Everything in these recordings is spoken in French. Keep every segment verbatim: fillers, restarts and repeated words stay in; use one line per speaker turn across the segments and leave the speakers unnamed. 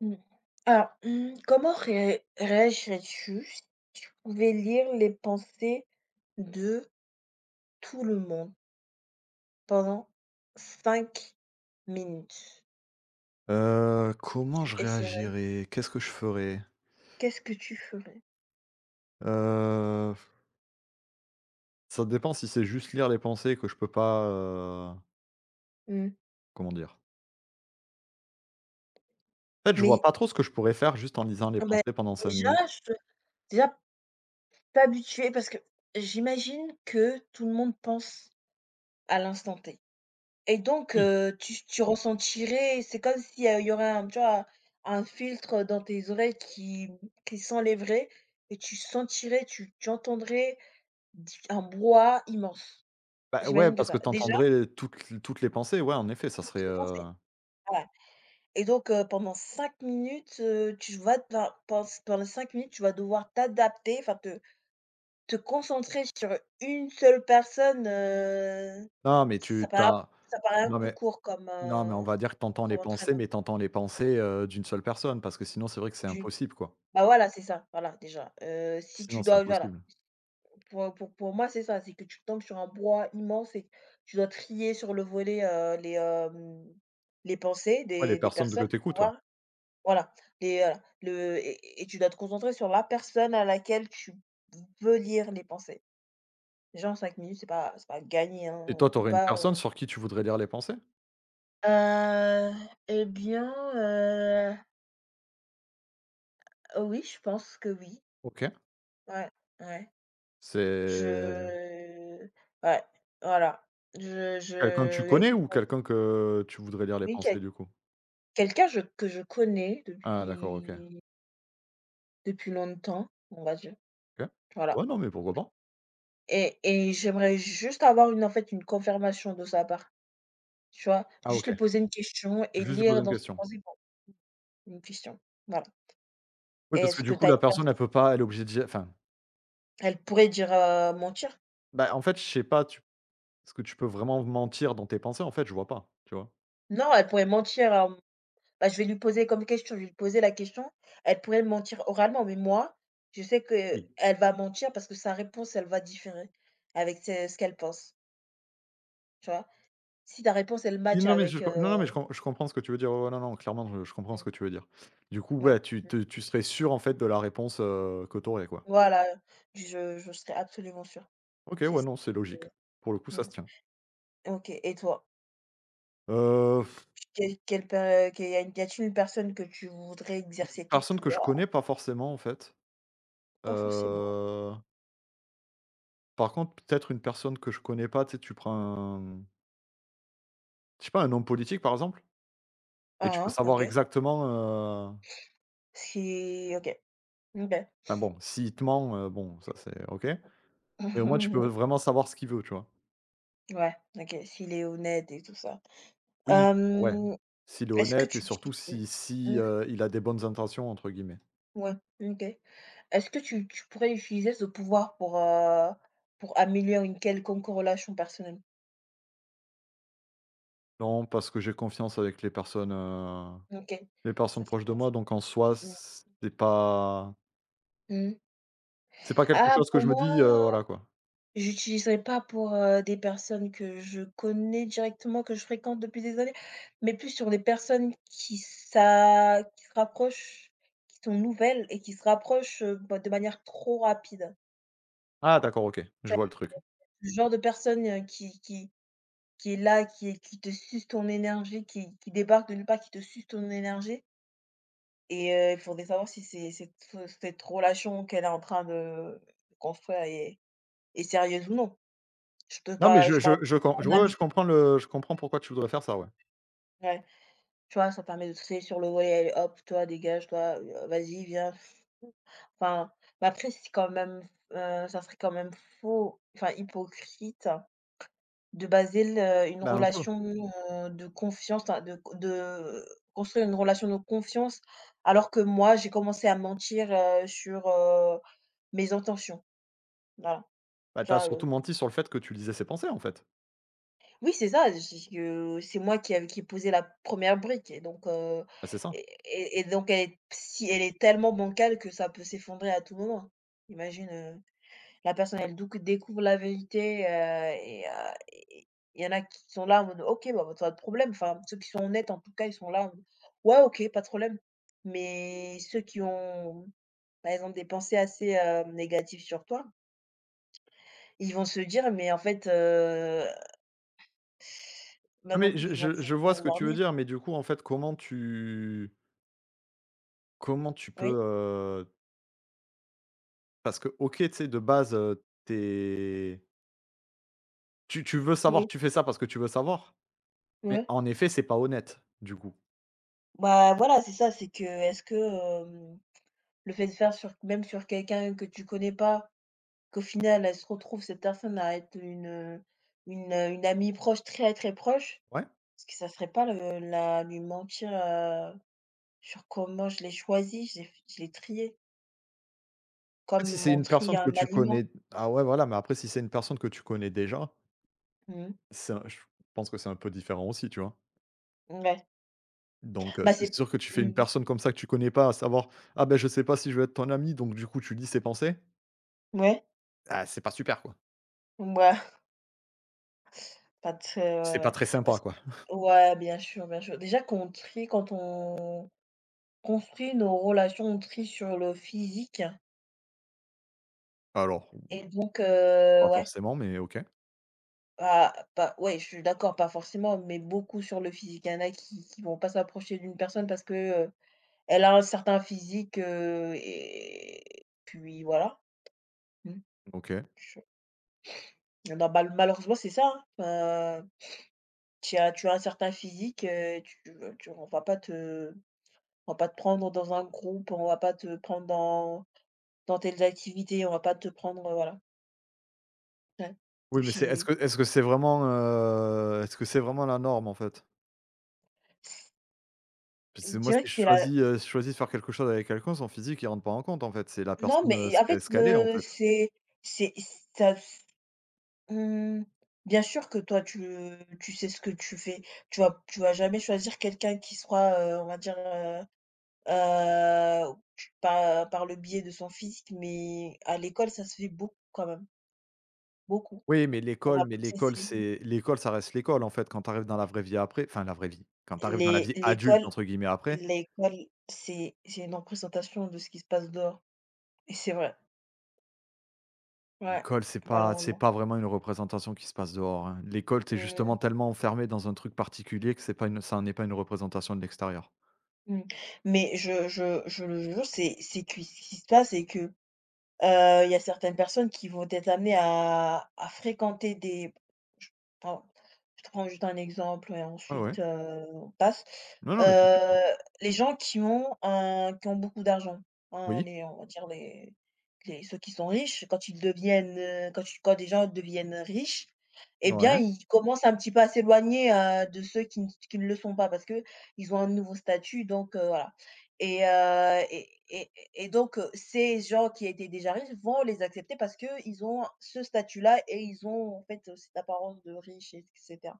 Mmh. Alors, mmh, comment ré réagirais-tu si tu pouvais lire les pensées de tout le monde pendant cinq minutes?
Heu, comment
Tu
je
essaierais,
réagirais? Qu'est-ce que je ferais?
qu'est-ce que tu ferais?
Heu, ça dépend si c'est juste lire les pensées que je peux pas, heu,
Mmh,
comment dire? En fait, je vois
mais
pas trop ce que je pourrais faire juste en lisant les
ah bah,
pensées pendant cinq
déjà
minutes.
je déjà t'habituer parce que j'imagine que tout le monde pense à l'instant T. Et donc,
Oui,
heu, tu tu ressentirais c'est comme si, heu, il y aurait un tu vois, un filtre dans tes oreilles qui qui s'enlèverait et tu sentirais, tu tu entendrais diff un brouhaha immense.
bah, ouais,
J'imagine que
parce que
ça déjà,
t'entendrais toutes toutes les pensées, ouais, en effet, ça serait,
tu y
heu
pensé? Voilà et donc, heu, pendant cinq minutes, heu, tu vas te- enfin, pens pendant cinq minutes, tu vas devoir t'adapter, enfin te te concentrer sur une seule personne, heu,
Non, mais
ça
tu
paraît
t'as.
ça paraît un
non,
peu
mais
court comme,
non, mais
heu,
on va dire que t'entends les
comme
pensées,
entraînement.
mais t'entends les pensées, heu, d'une seule personne parce que sinon, c'est vrai que c'est
Tu
impossible, quoi.
Bah, voilà, c'est ça, voilà, déjà, heu, si tu
Sinon, c'est
dois voilà,
impossible.
pour pour pour moi, c'est ça, c'est que tu tombes sur un bois immense et tu dois trier sur le volet, heu, les, hem, les pensées
Ouais, les
des des
personnes de que
personnes
tu
pour
écoutes, ouais.
voir voilà, les, voilà, le et et tu dois te concentrer sur la personne à laquelle tu veux lire les pensées. Déjà en cinq minutes, c'est pas c'est pas gagné, hein,
Et toi,
on peut
t'aurais une
pas on
personne sur qui tu voudrais lire les pensées?
heu, et bien, heu, oui, je pense que oui.
OK.
Ouais, ouais.
C'est
Je ouais, voilà. Je
quelqu'un que tu
je oui,
connais ou
heu,
quelqu'un que tu voudrais lire les
oui,
pensées,
quel
du coup?
quelqu'un je que je connais
Ah d'accord, OK.
depuis depuis longtemps, on va dire,
OK.
voilà
Ouais, non, mais pourquoi pas?
et et j'aimerais juste avoir une en fait, une confirmation de sa part, tu vois?
Ah
Juste
OK,
lui poser une question et
juste je posais
lire
une
dans ses
question.
pensées pour une question, voilà.
Oui, parce que
«Est-ce
du
que
coup,
tu as
la
une pers?»
personne, elle peut pas elle est obligée de dire enfin,
Elle pourrait dire, heu, mentir.
bah, en fait, je sais pas, tu est-ce que tu peux vraiment mentir dans tes pensées? En fait, je vois pas, tu vois?
Non, elle pourrait mentir, hem bah, je vais lui poser comme question, je vais lui poser la question. Elle pourrait me mentir oralement, mais moi, je sais que
Oui.
elle va mentir parce que sa réponse, elle va différer avec ce ce qu'elle pense, tu vois? Si ta réponse, elle
Oui,
match
non, mais je
avec, heu
com non, non, mais je com je comprends ce que tu veux dire. Ouais, ouais, non, non, clairement, je je comprends ce que
mmh,
tu veux dire. Du coup,
ouais,
ouais, tu
mmh,
te tu serais sûr, en fait, de la réponse, heu, que tu aurais, quoi.
voilà, du je je serais absolument sûre.
OK,
C'est
ouais,
ça,
non, c'est logique.
heu,
Pour le coup, ça se
mmh,
tient.
OK et toi?
Heu,
Quelle quelle per qu'il y a y a-t-il une personne que tu voudrais exercer tes
Personne que je connais,
pouvoirs?
pas forcément, en fait.
Pas forcément.
Heu, Par contre, peut-être une personne que je connais pas, tu sais, tu prends un je sais pas, un homme politique, par exemple, et tu
Ah
peux
hein,
savoir
OK.
exactement, heu,
Si OK, OK.
enfin bon, s'il te ment, heu, bon, ça c'est OK, mais au moins tu peux vraiment savoir ce qu'il veut, tu vois?
Ouais, OK, s'il est honnête et tout ça.
Oui. Ouais,
Hem,
s'il est
est-ce que
honnête et
tu
surtout
uti mmh,
si si,
mmh,
heu, il a des «bonnes intentions» entre guillemets.
ouais, OK. Est-ce que tu tu pourrais utiliser ce pouvoir pour, heu, pour améliorer une quelconque relation personnelle?
Non, parce que j'ai confiance avec les personnes, heu,
OK,
les personnes
ça c'est
proches de
bien ça.
moi, donc en soi,
Mmh.
c'est pas
Mmh.
c'est pas quelque
Ah,
chose que
pour
je me dis, heu,
moi,
voilà quoi.
j'utiliserais pas pour, heu, des personnes que je connais directement, que je fréquente depuis des années, mais plus sur des personnes qui s'a qui se rapprochent, qui sont nouvelles et qui se rapprochent, heu, bah, de manière trop rapide.
Ah d'accord, OK, je
Tu vois?
vois le truc.
Le genre de personnes, heu, qui qui qui est là, qui est qui te suce ton énergie, qui qui débarque de nulle part, qui te suce ton énergie et heu, il faudrait savoir si c'est cette cette relation qu'elle est en train de construire est est sérieuse ou non. Je te
Non, mais
parle
je
je
je
parle
je com je
en
ouais, ouais, je
amitié,
comprends le je comprends pourquoi tu voudrais faire ça, ouais.
ouais. Tu vois, ça permet de tirer sur le volet, allez hop, toi dégage, toi, heu, vas-y viens. Enfin, mais après c'est quand même, heu, ça serait quand même faux, enfin hypocrite. De baser le une
Bah, un peu.
relation, heu, de confiance, enfin de de construire une relation de confiance, alors que moi, j'ai commencé à mentir, heu, sur, heu, mes intentions. Voilà,
Bah, t'as
genre,
surtout
heu
menti sur le fait que tu lisais ses pensées, en fait.
oui, c'est ça, j heu, c'est moi qui av qui ai posé la première brique et donc heu
Bah, c'est ça.
et et et donc elle est si elle est tellement bancale que ça peut s'effondrer à tout moment. Imagine, heu la personne, elle douc découvre la vérité, heu et heu et il y en a qui sont là en mode: «OK, bah, bah, pas de problème». Enfin, ceux qui sont honnêtes, en tout cas, ils sont là en mode: «Ouais, OK, pas de problème». Mais ceux qui ont, par exemple, des pensées assez, heu, négatives sur toi, ils vont se dire: «Mais en fait, heu» bah,
Non,
non,
mais je
ils vont vou
je je
ils
vois
vont
ce que
vouloir
tu veux
nier.
dire, mais du coup, en fait, comment tu comment tu
Oui,
peux, heu parce que OK, tu sais, de base, heu, tu tu tu veux savoir,
oui,
tu fais ça parce que tu veux savoir, mais
ouais.
en effet, c'est pas honnête, du coup.
Bah, voilà, c'est ça, c'est que est-ce que, hem, le fait de faire sur même sur quelqu'un que tu connais pas, qu'au final, elle se retrouve cette personne à être une, heu, une, heu, une amie proche, très, très proche.
Ouais.
Parce que ça serait pas le la lui mentir, heu, sur comment je l'ai choisi, je l'ai je l'ai trié,
Après, si
comme
c'est
on
une
trie
personne que
un
tu
aliment.
connais ah ouais, voilà, mais après si c'est une personne que tu connais déjà,
Mmh.
c'est un je pense que c'est un peu différent aussi, tu vois?
Ouais.
Donc heu,
Bah,
c'est
c'est
sûr que tu fais une
mmh,
personne comme ça que tu connais pas à savoir: «Ah ben je sais pas si je vais être ton ami», donc du coup, tu lis ses pensées.
ouais,
Ah, c'est pas super, quoi.
ouais, pas de
C'est
ouais,
pas
ouais.
très sympa,
Parce
quoi.
que ouais, bien sûr, bien sûr. Déjà qu'on trie quand on construit nos relations, on trie sur le physique
Alors,
et donc heu,
pas
ouais.
forcément, mais OK,
Ah, pas ouais, je suis d'accord, pas forcément, mais beaucoup sur le physique. Il y en a qui qui vont pas s'approcher d'une personne parce que, heu, elle a un certain physique, heu et puis voilà. Mmh.
OK.
Je il mal malheureusement, c'est ça, hein. Heu, tu as tu as un certain physique, heu, tu tu on va pas te on va pas te prendre dans un groupe, on va pas te prendre dans dans tes activités, on va pas te prendre, heu, voilà. Ouais. Et
Oui, mais c'est est-ce
puis,
que est-ce que c'est vraiment, heu, est-ce que c'est vraiment la norme, en fait?
c je
Parce que moi, si
dirais
je
que c'est la
choisis, heu, si je choisis de faire quelque chose avec quelqu'un, son physique, il rentre pas en compte, en fait. C'est la
non,
personne,
mais
heu, ce
en
qu'elle
fait,
ce qu'elle est, en
heu,
fait.
c'est c'est ça. Mmh, bien sûr que toi tu, tu sais ce que tu fais. Tu vas tu vas jamais choisir quelqu'un qui sera, heu, on va dire, heu heu, tu par par le biais de son physique, mais à l'école, ça se fait beaucoup quand même, beaucoup.
Oui, mais
On va
l'école mais
plus
l'école,
essayer.
c'est l'école, ça reste l'école, en fait. Quand tu arrives dans la vraie vie après enfin, la vraie vie, quand tu arrives dans la
Les
vie «adulte»,
l'école
entre guillemets, après.
l'école, c'est c'est une représentation de ce qui se passe dehors et c'est vrai, ouais,
L'école, c'est pas c'est
malheureusement.
pas vraiment une représentation qui se passe dehors, hein. L'école, tu justement
Mmh
tellement enfermé dans un truc particulier que c'est pas une ça n'est pas une représentation de l'extérieur.
mh, mmh. Mais je je je le jure, c'est c'est que ce qui se passe, c'est que Heu, il y a certaines personnes qui vont être amenées à à fréquenter des je prends je prends juste un exemple et
Ah ouais.
ensuite, heu, on passe.
Non, non, mais t'inquiète, hein.
Heu, les gens qui ont un qui ont beaucoup d'argent, hein,
Oui,
les on va dire les les ceux qui sont riches, quand ils deviennent, heu, quand tu quand des gens deviennent riches, eh bien,
ouais,
ils commencent un petit peu à s'éloigner, heu, de ceux qui ne qui ne le sont pas parce que ils ont un nouveau statut donc heu, voilà. Et heu et et et donc heu, ces gens qui étaient déjà riches vont les accepter parce qu'ils ont ce statut-là et ils ont en fait, heu, cette apparence de riche et cetera.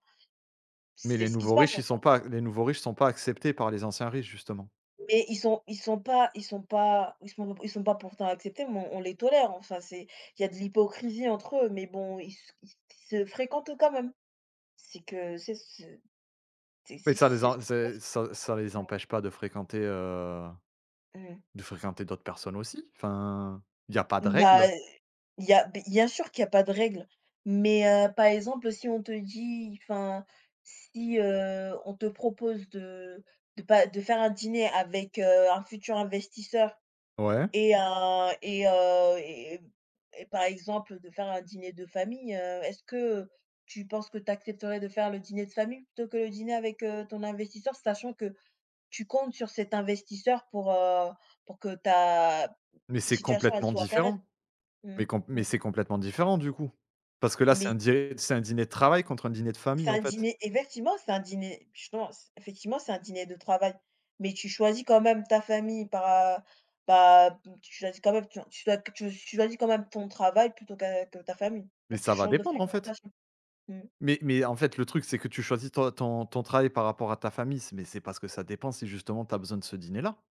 mais
C'est
les
ce qui se
nouveaux
passe
riches,
en
ils sont
soi.
pas les nouveaux riches sont pas acceptés par les anciens riches, justement.
Mais ils sont ils sont pas ils sont pas ils sont ils sont pas pourtant acceptés, mais on on les tolère. Enfin, c'est il y a de l'hypocrisie entre eux, mais bon, ils se ils se fréquentent quand même. C'est que c'est ce c'est
Mais
c'est
ça les
c'est
en c'est ça ça les
Mmh,
empêche pas de fréquenter, heu,
mmh.
de fréquenter d'autres personnes aussi. Enfin, il y a pas de règle.
Bah, il y a bien sûr qu'il y a pas de règle, mais heu, par exemple, si on te dit enfin, si, heu, on te propose de de pas de faire un dîner avec, heu, un futur investisseur
Ouais,
et un et heu et et par exemple, de faire un dîner de famille, heu, est-ce que tu penses que tu accepterais de faire le dîner de famille plutôt que le dîner avec, heu, ton investisseur? Sachant que tu comptes sur cet investisseur pour, heu, pour que ta
mais c'est
situation, elle
complètement
soit
différent.
pérenne. Mmh.
Mais com mais c'est complètement différent, du coup. Parce que là, c'est un
Mais
dî c'est un dîner de travail contre un dîner de famille,
c'est
en
un
fait.
dîner effectivement, c'est un dîner je pense, effectivement, c'est un dîner de travail, mais tu choisis quand même ta famille par, euh, bah, mmh, tu choisis quand même tu tu dois tu choisis quand même ton travail plutôt que que ta famille,
Mais
donc tu
ça va
changes de
dépendre, en fait.
fréquentation. Mmh.
Mais mais en fait, le truc, c'est que tu choisis ton ton ton travail par rapport à ta famille, c'est mais c'est parce que ça dépend si justement tu as besoin de ce dîner-là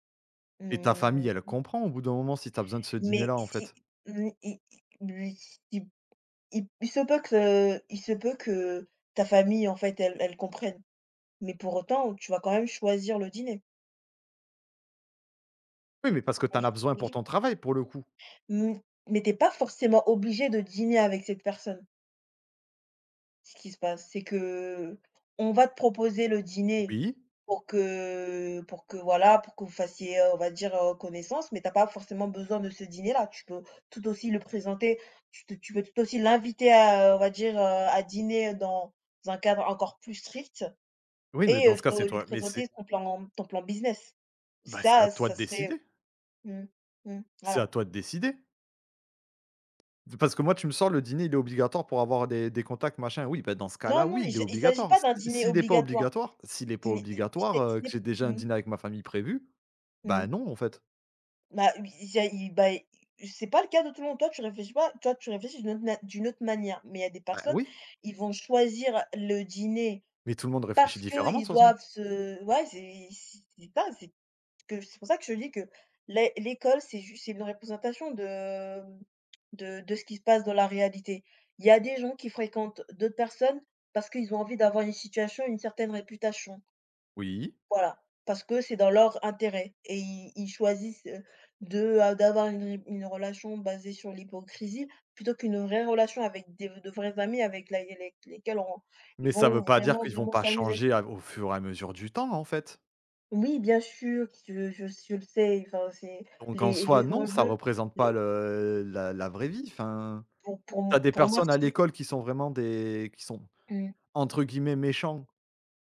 et ta famille, elle
Mmh,
comprend au bout d'un moment si tu as besoin de ce
mais
dîner-là, en
si
fait.
mmh, i i lui, il il il se peut que il se peut que ta famille, en fait, elle elle comprenne, mais pour autant, tu vas quand même choisir le dîner.
Oui, mais parce que tu en as besoin pour
Je
ton travail, pour le coup.
Mmh, mais t'es pas forcément obligé de dîner avec cette personne. Ce qui se passe, c'est que on va te proposer le dîner
Oui,
pour que pour que voilà, pour que vous fassiez, heu, on va dire, heu, connaissance, mais t'as pas forcément besoin de ce dîner-là. Tu peux tout aussi le présenter, tu te tu peux tout aussi l'inviter à, on va dire, heu, à dîner dans un cadre encore plus strict
oui, mais
et
dans
heu,
ce cas, c'est
te lui
toi mais c'est
présenter ton plan ton plan business.
bah, c'est à
Ça,
toi de
ça serait
décider.
mmh, mmh,
C'est à
voilà.
toi de décider. Parce que moi, tu me sors le dîner, il est obligatoire pour avoir des des contacts, machin. Oui, bah, dans ce
Non,
cas-là,
non,
oui,
il
il est
s il s'agit
obligatoire.
pas
Si
d'un dîner
s'il n'est pas
obligatoire.
obligatoire s'il n'est pas
Il est
obligatoire,
c'est
heu, que
c'est
j'ai déjà un
Mmh,
dîner avec ma famille prévu, bah,
mmh.
non, en fait.
Bah, oui, il y a il bah, i c'est pas le cas de tout le monde. Toi, tu réfléchis pas, toi, tu réfléchis d'une autre na d'une autre manière. Mais il y a des
Bah,
personnes,
oui.
ils vont choisir le dîner
Mais tout le monde réfléchit
parce
différemment de
qu'ils
toute façon.
doivent se ouais, c'est c'est c'est dingue, c'est que c'est pour ça que je dis que l'é l'école, c'est juste c'est une représentation de, hem, de de ce qui se passe dans la réalité. Il y a des gens qui fréquentent d'autres personnes parce qu'ils ont envie d'avoir une situation, une certaine réputation.
Oui,
Voilà, parce que c'est dans leur intérêt et ils ils choisissent, heu, de, heu, d'avoir une ré une relation basée sur l'hypocrisie plutôt qu'une vraie relation avec des de vrais amis avec la les lesquels on ils
mais ça veut
vont
pas dire
vraiment,
qu'ils vont
vraiment
pas
s'amuser.
changer à au fur et à mesure du temps, en fait.
Oui, bien sûr, je je je le sais, enfin, c'est
Donc en
les
soi,
les
non, ça
enjeux,
représente pas
les
le la la vraie vie, enfin,
pour pour m
t'as des
pour moi
personnes à
si.
l'école qui sont vraiment des qui sont
Mmh,
entre guillemets «méchants»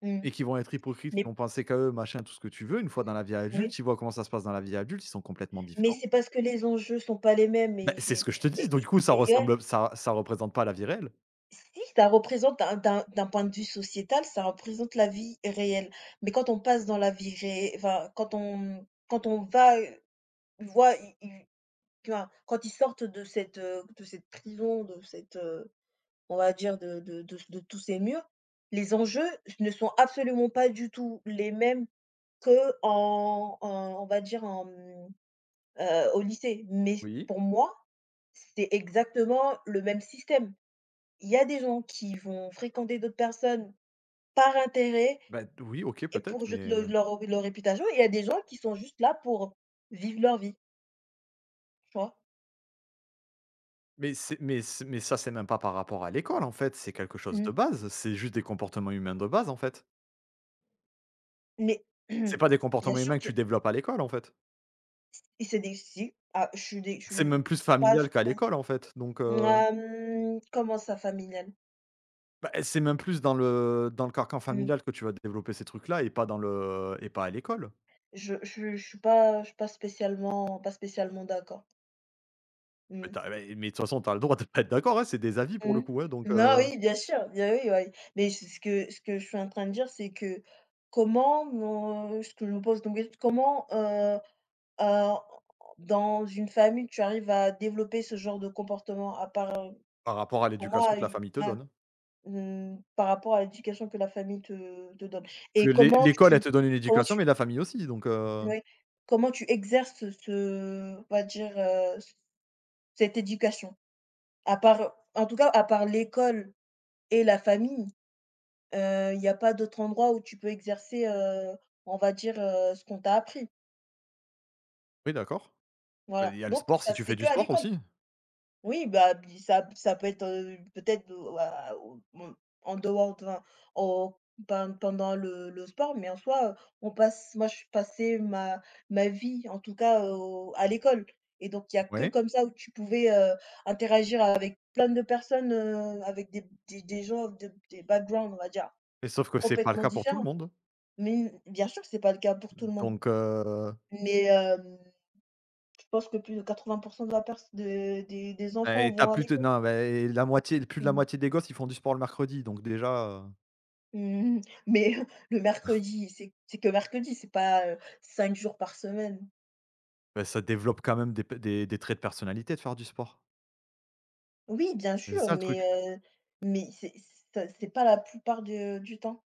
mmh,
et qui vont être hypocrites, qui
mais
vont penser qu'à eux, machin, tout ce que tu veux. Une fois dans la vie
oui,
adulte, ils voient comment ça se passe dans la vie adulte, ils sont complètement
mais
différents.
c'est parce que les enjeux sont pas les mêmes
Beh,
et
c'est ce
j'ai
que je te dis,
et
donc
et
du coup ça
et ouais.
ressemble ça ça représente pas la vie réelle.
Si, ça représente d'un d'un d'un point de vue sociétal, ça représente la vie réelle. Mais quand on passe dans la vie ré enfin, quand on quand on va, heu, voit i i tu vois? Quand ils sortent de cette, heu, de cette prison, de cette, heu, on va dire de de de de tous ces murs, les enjeux ne sont absolument pas du tout les mêmes que en en- on va dire en, mmh, au lycée. Mais
Oui,
pour moi, c'est exactement le même système. Il y a des gens qui vont fréquenter d'autres personnes par intérêt
Ben oui, OK,
et
peut-être,
pour juste
mais
le leur leur réputation. Il y a des gens qui sont juste là pour vivre leur vie, tu vois?
Mais c'est mais c'est mais ça, c'est même pas par rapport à l'école, en fait, c'est quelque chose de
Mmh,
base, c'est juste des comportements humains de base, en fait.
mais
C'est pas des
bien
comportements
sûr
humains que
que,
tu développes à l'école, en fait.
et c'est des si, ah, je suis des je
C'est même
suis
plus
pas,
familial qu'à l'école, en fait, donc heu,
hem, comment ça familial?
bah, c'est même plus dans le dans le carcan
Mmh,
familial que tu vas développer ces trucs-là et pas dans le et pas à l'école.
je je je suis pas je suis pas spécialement pas spécialement d'accord.
Mais
Mmh.
tu mais mais de toute façon, tu as le droit de pas être d'accord, hein, c'est des avis pour
Mmh.
le coup, hein, donc
Non,
heu,
oui, bien sûr, bien oui, oui. Oui. Mais c'est ce que ce que je suis en train de dire, c'est que, comment non, ce que je me pose comme question, comment, heu heu, dans une famille, tu arrives à développer ce genre de comportement? À part, heu,
Par rapport à
pour
l'éducation
moi,
que la
il
famille te
bah,
donne.
mmh, par rapport à l'éducation que la famille te te donne
Parce que
et
l'é
comment
l'école, elle
tu
te donne une
comment
éducation,
tu
mais la famille aussi, donc heu,
oui, comment tu exerces ce on va dire, heu, cette éducation? À part en tout cas, à part l'école et la famille. Heu, il y a pas d'autre endroit où tu peux exercer, heu, on va dire, heu, ce qu'on t'a appris.
oui, d'accord. Bah, il
Voilà,
y a le
donc
sport, si
ça
tu fais
c'est
du
que à
sport
l'école.
aussi,
Oui, bah, bi ça ça peut être, heu, peut-être, heu, à au mmh, en dehors de, enfin, au pen pendant le le sport, mais en soi, heu, on passe moi, je passais ma ma vie, en tout cas, au à l'école et donc il y a que
oui.
comme ça où tu pouvais, heu, interagir avec plein de personnes, heu, avec des des des gens de des backgrounds, on va dire,
Et sauf que c'est pas le
complètement
cas pour tout le
différents.
monde.
Mais bien sûr que c'est pas le cas pour tout le monde,
Donc, heu,
mais hem, je pense que plus de quatre-vingts de la pers de des des enfants
et tu
vont à
plus de
l'école.
non, beh, la moitié plus de la
Mmh.
moitié des gosses, ils font du sport le mercredi. Donc déjà, heu,
Mmh mh. Mais le mercredi, c'est c'est que mercredi, c'est pas, heu, cinq jours par semaine.
bah, ça développe quand même des p des des traits de personnalité de faire du sport.
Oui, bien
C'est
sûr,
ça le
mais
truc.
heu, mais c'est ça c'est pas la plupart de du temps.